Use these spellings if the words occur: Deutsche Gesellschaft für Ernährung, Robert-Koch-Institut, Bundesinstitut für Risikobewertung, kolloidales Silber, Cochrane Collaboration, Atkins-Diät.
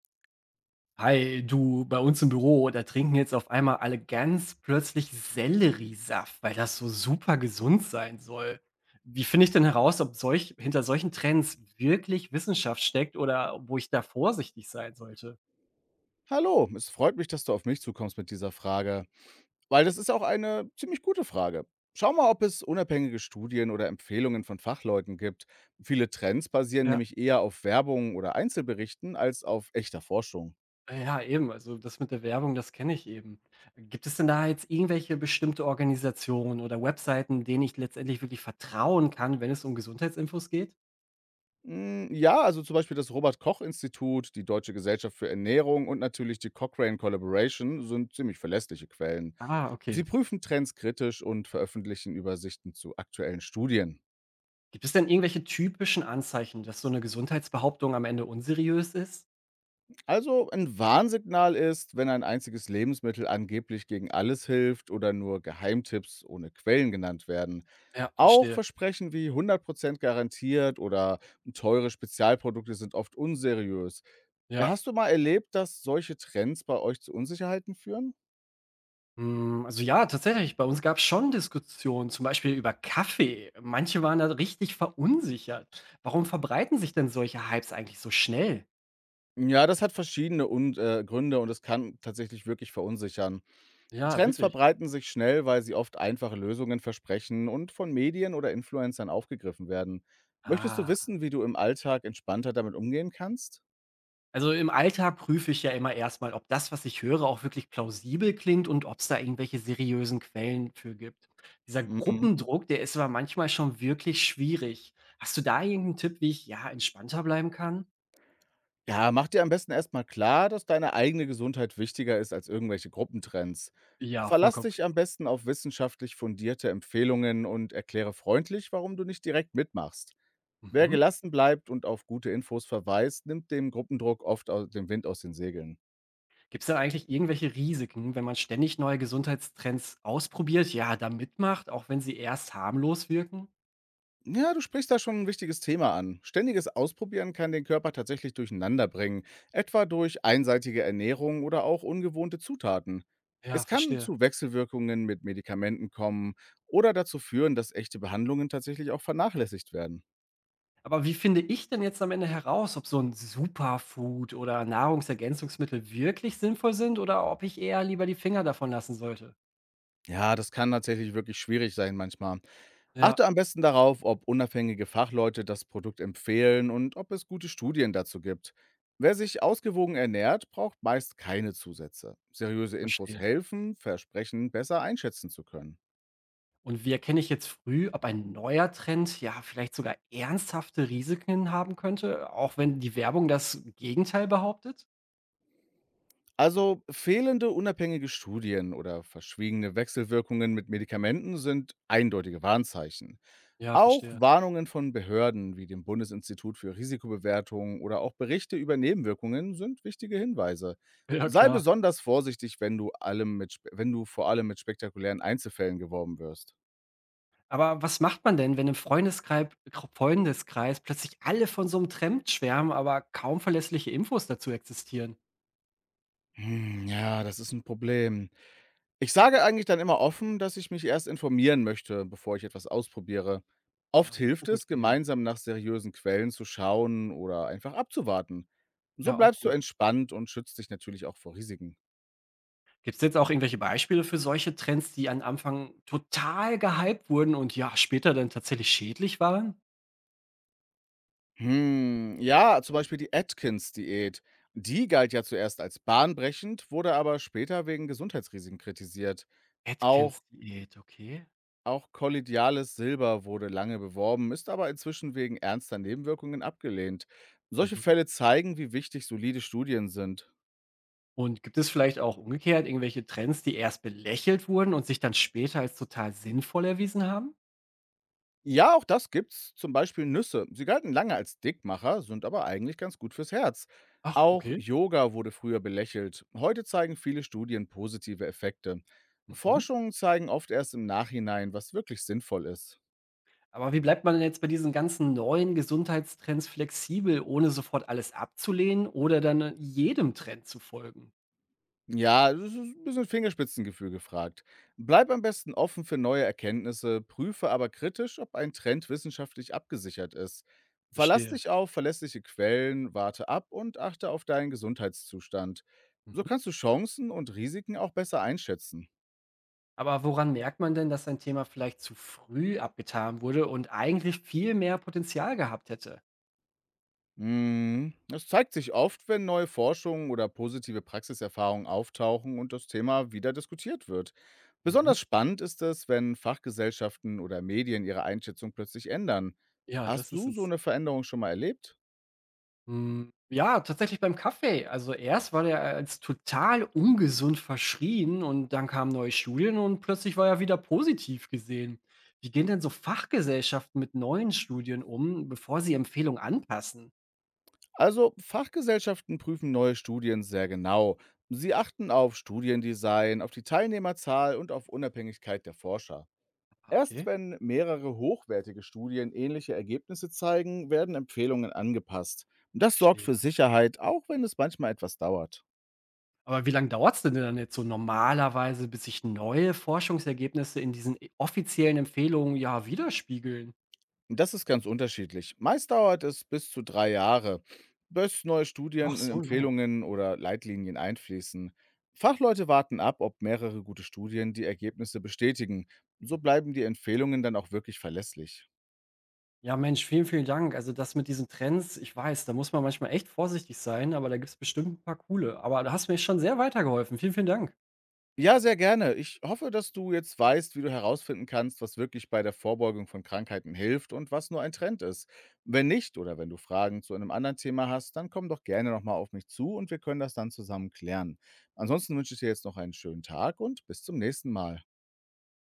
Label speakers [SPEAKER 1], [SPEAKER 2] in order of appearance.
[SPEAKER 1] Hi, du, bei uns im Büro, da trinken jetzt auf einmal alle ganz plötzlich Selleriesaft, weil das so super gesund sein soll. Wie finde ich denn heraus, ob hinter solchen Trends wirklich Wissenschaft steckt oder wo ich da vorsichtig sein sollte?
[SPEAKER 2] Hallo, es freut mich, dass du auf mich zukommst mit dieser Frage, weil das ist ja auch eine ziemlich gute Frage. Schau mal, ob es unabhängige Studien oder Empfehlungen von Fachleuten gibt. Viele Trends basieren
[SPEAKER 1] Ja,
[SPEAKER 2] nämlich eher auf Werbung oder Einzelberichten als auf echter Forschung.
[SPEAKER 1] ja, eben. Also das mit der Werbung, das kenne ich eben. Gibt es denn da jetzt irgendwelche bestimmte Organisationen oder Webseiten, denen ich letztendlich wirklich vertrauen kann, wenn es um Gesundheitsinfos geht?
[SPEAKER 2] Hm, ja, also zum Beispiel das Robert-Koch-Institut, die Deutsche Gesellschaft für Ernährung und natürlich die Cochrane Collaboration sind ziemlich verlässliche Quellen.
[SPEAKER 1] Ah,
[SPEAKER 2] Sie
[SPEAKER 1] okay.
[SPEAKER 2] prüfen Trends kritisch und veröffentlichen Übersichten zu aktuellen Studien.
[SPEAKER 1] Gibt es denn irgendwelche typischen Anzeichen, dass so eine Gesundheitsbehauptung am Ende unseriös ist?
[SPEAKER 2] Also ein Warnsignal ist, wenn ein einziges Lebensmittel angeblich gegen alles hilft oder nur Geheimtipps ohne Quellen genannt werden.
[SPEAKER 1] Ja,
[SPEAKER 2] Auch
[SPEAKER 1] verstehe.
[SPEAKER 2] Versprechen wie 100% garantiert oder teure Spezialprodukte sind oft unseriös.
[SPEAKER 1] Ja.
[SPEAKER 2] Hast du mal erlebt, dass solche Trends bei euch zu Unsicherheiten führen?
[SPEAKER 1] Hm, also ja, tatsächlich, bei uns gab es schon Diskussionen, zum Beispiel über Kaffee. Manche waren da richtig verunsichert. Warum verbreiten sich denn solche Hypes eigentlich so schnell?
[SPEAKER 2] Ja, das hat verschiedene Un Gründe, und es kann tatsächlich wirklich verunsichern.
[SPEAKER 1] Ja,
[SPEAKER 2] Trends
[SPEAKER 1] wirklich.
[SPEAKER 2] verbreiten sich schnell, weil sie oft einfache Lösungen versprechen und von Medien oder Influencern aufgegriffen werden. Möchtest du
[SPEAKER 1] Ah.
[SPEAKER 2] wissen, wie du im Alltag entspannter damit umgehen kannst?
[SPEAKER 1] Also im Alltag prüfe ich ja immer erstmal, ob das, was ich höre, auch wirklich plausibel klingt und ob es da irgendwelche seriösen Quellen für gibt. Dieser
[SPEAKER 2] Mhm.
[SPEAKER 1] Gruppendruck, der ist aber manchmal schon wirklich schwierig. Hast du da irgendeinen Tipp, wie ich ja entspannter bleiben kann?
[SPEAKER 2] Ja, mach dir am besten erstmal klar, dass deine eigene Gesundheit wichtiger ist als irgendwelche Gruppentrends.
[SPEAKER 1] Ja,
[SPEAKER 2] Verlass
[SPEAKER 1] vollkommen
[SPEAKER 2] dich
[SPEAKER 1] klar.
[SPEAKER 2] am besten auf wissenschaftlich fundierte Empfehlungen und erkläre freundlich, warum du nicht direkt mitmachst. Wer
[SPEAKER 1] Mhm.
[SPEAKER 2] gelassen bleibt und auf gute Infos verweist, nimmt dem Gruppendruck den Wind aus den Segeln.
[SPEAKER 1] Gibt es da eigentlich irgendwelche Risiken, wenn man ständig neue Gesundheitstrends ausprobiert, ja, da mitmacht, auch wenn sie erst harmlos wirken?
[SPEAKER 2] Ja, du sprichst da schon ein wichtiges Thema an. Ständiges Ausprobieren kann den Körper tatsächlich durcheinander bringen, etwa durch einseitige Ernährung oder auch ungewohnte Zutaten.
[SPEAKER 1] Ja,
[SPEAKER 2] Es kann
[SPEAKER 1] verstehe.
[SPEAKER 2] zu Wechselwirkungen mit Medikamenten kommen oder dazu führen, dass echte Behandlungen tatsächlich auch vernachlässigt werden.
[SPEAKER 1] Aber wie finde ich denn jetzt am Ende heraus, ob so ein Superfood oder Nahrungsergänzungsmittel wirklich sinnvoll sind oder ob ich eher lieber die Finger davon lassen sollte?
[SPEAKER 2] Ja, das kann tatsächlich wirklich schwierig sein manchmal.
[SPEAKER 1] Ja,
[SPEAKER 2] Achte am besten darauf, ob unabhängige Fachleute das Produkt empfehlen und ob es gute Studien dazu gibt. Wer sich ausgewogen ernährt, braucht meist keine Zusätze. Seriöse Infos
[SPEAKER 1] verstehe.
[SPEAKER 2] helfen, Versprechen besser einschätzen zu können.
[SPEAKER 1] Und wie erkenne ich jetzt früh, ob ein neuer Trend, ja, vielleicht sogar ernsthafte Risiken haben könnte, auch wenn die Werbung das Gegenteil behauptet?
[SPEAKER 2] Also fehlende unabhängige Studien oder verschwiegene Wechselwirkungen mit Medikamenten sind eindeutige Warnzeichen.
[SPEAKER 1] Ja,
[SPEAKER 2] Auch
[SPEAKER 1] verstehe.
[SPEAKER 2] Warnungen von Behörden wie dem Bundesinstitut für Risikobewertung oder auch Berichte über Nebenwirkungen sind wichtige Hinweise.
[SPEAKER 1] Ja,
[SPEAKER 2] Sei
[SPEAKER 1] klar.
[SPEAKER 2] besonders vorsichtig, wenn du, allem mit, spe- wenn du vor allem mit spektakulären Einzelfällen geworben wirst.
[SPEAKER 1] Aber was macht man denn, wenn im Freundeskreis plötzlich alle von so einem Trend schwärmen, aber kaum verlässliche Infos dazu existieren?
[SPEAKER 2] Hm, ja, das ist ein Problem. Ich sage eigentlich dann immer offen, dass ich mich erst informieren möchte, bevor ich etwas ausprobiere. Oft
[SPEAKER 1] Ah, das ist
[SPEAKER 2] hilft
[SPEAKER 1] eine gute
[SPEAKER 2] es,
[SPEAKER 1] Idee.
[SPEAKER 2] gemeinsam nach seriösen Quellen zu schauen oder einfach abzuwarten. So
[SPEAKER 1] Ja, auch
[SPEAKER 2] bleibst du
[SPEAKER 1] gut.
[SPEAKER 2] entspannt und schützt dich natürlich auch vor Risiken.
[SPEAKER 1] Gibt es jetzt auch irgendwelche Beispiele für solche Trends, die am Anfang total gehypt wurden und ja, später dann tatsächlich schädlich waren?
[SPEAKER 2] Hm, ja, zum Beispiel die Atkins-Diät. Die galt ja zuerst als bahnbrechend, wurde aber später wegen Gesundheitsrisiken kritisiert. Auch,
[SPEAKER 1] Atkins-Diät, okay.
[SPEAKER 2] auch kollidiales Silber wurde lange beworben, ist aber inzwischen wegen ernster Nebenwirkungen abgelehnt. Solche
[SPEAKER 1] Mhm.
[SPEAKER 2] Fälle zeigen, wie wichtig solide Studien sind.
[SPEAKER 1] Und gibt es vielleicht auch umgekehrt irgendwelche Trends, die erst belächelt wurden und sich dann später als total sinnvoll erwiesen haben?
[SPEAKER 2] Ja, auch das gibt's, zum Beispiel Nüsse. Sie galten lange als Dickmacher, sind aber eigentlich ganz gut fürs Herz.
[SPEAKER 1] Ach,
[SPEAKER 2] Auch
[SPEAKER 1] okay.
[SPEAKER 2] Yoga wurde früher belächelt. Heute zeigen viele Studien positive Effekte.
[SPEAKER 1] Mhm.
[SPEAKER 2] Forschungen zeigen oft erst im Nachhinein, was wirklich sinnvoll ist.
[SPEAKER 1] Aber wie bleibt man denn jetzt bei diesen ganzen neuen Gesundheitstrends flexibel, ohne sofort alles abzulehnen oder dann jedem Trend zu folgen?
[SPEAKER 2] Ja, es ist ein bisschen Fingerspitzengefühl gefragt. Bleib am besten offen für neue Erkenntnisse, prüfe aber kritisch, ob ein Trend wissenschaftlich abgesichert ist. Verlass
[SPEAKER 1] Verstehe.
[SPEAKER 2] dich auf verlässliche Quellen, warte ab und achte auf deinen Gesundheitszustand. So
[SPEAKER 1] Mhm.
[SPEAKER 2] kannst du Chancen und Risiken auch besser einschätzen.
[SPEAKER 1] Aber woran merkt man denn, dass ein Thema vielleicht zu früh abgetan wurde und eigentlich viel mehr Potenzial gehabt hätte?
[SPEAKER 2] Mhm. Es zeigt sich oft, wenn neue Forschungen oder positive Praxiserfahrungen auftauchen und das Thema wieder diskutiert wird.
[SPEAKER 1] Mhm.
[SPEAKER 2] Besonders spannend ist es, wenn Fachgesellschaften oder Medien ihre Einschätzung plötzlich ändern.
[SPEAKER 1] Ja,
[SPEAKER 2] Hast
[SPEAKER 1] das ist
[SPEAKER 2] du so
[SPEAKER 1] es.
[SPEAKER 2] eine Veränderung schon mal erlebt?
[SPEAKER 1] Hm, ja, tatsächlich beim Kaffee. Also erst war der als total ungesund verschrien und dann kamen neue Studien und plötzlich war er wieder positiv gesehen. Wie gehen denn so Fachgesellschaften mit neuen Studien um, bevor sie Empfehlungen anpassen?
[SPEAKER 2] Also Fachgesellschaften prüfen neue Studien sehr genau. Sie achten auf Studiendesign, auf die Teilnehmerzahl und auf Unabhängigkeit der Forscher.
[SPEAKER 1] Ah,
[SPEAKER 2] Erst
[SPEAKER 1] okay,
[SPEAKER 2] wenn mehrere hochwertige Studien ähnliche Ergebnisse zeigen, werden Empfehlungen angepasst. Das sorgt
[SPEAKER 1] verstehe.
[SPEAKER 2] für Sicherheit, auch wenn es manchmal etwas dauert.
[SPEAKER 1] Aber wie lange dauert's denn dann jetzt so normalerweise, bis sich neue Forschungsergebnisse in diesen e offiziellen Empfehlungen, ja, widerspiegeln?
[SPEAKER 2] Das ist ganz unterschiedlich. Meist dauert es bis zu 3 Jahre, bis neue
[SPEAKER 1] Doch,
[SPEAKER 2] Studien in
[SPEAKER 1] so lange?
[SPEAKER 2] Empfehlungen oder Leitlinien einfließen. Fachleute warten ab, ob mehrere gute Studien die Ergebnisse bestätigen. So bleiben die Empfehlungen dann auch wirklich verlässlich.
[SPEAKER 1] Ja, Mensch, vielen, vielen Dank. Also, das mit diesen Trends, ich weiß, da muss man manchmal echt vorsichtig sein, aber da gibt's bestimmt ein paar coole. Aber da hast du mir schon sehr weitergeholfen. Vielen, vielen Dank.
[SPEAKER 2] Ja, sehr gerne. Ich hoffe, dass du jetzt weißt, wie du herausfinden kannst, was wirklich bei der Vorbeugung von Krankheiten hilft und was nur ein Trend ist. Wenn nicht oder wenn du Fragen zu einem anderen Thema hast, dann komm doch gerne nochmal auf mich zu und wir können das dann zusammen klären. Ansonsten wünsche ich dir jetzt noch einen schönen Tag und bis zum nächsten Mal.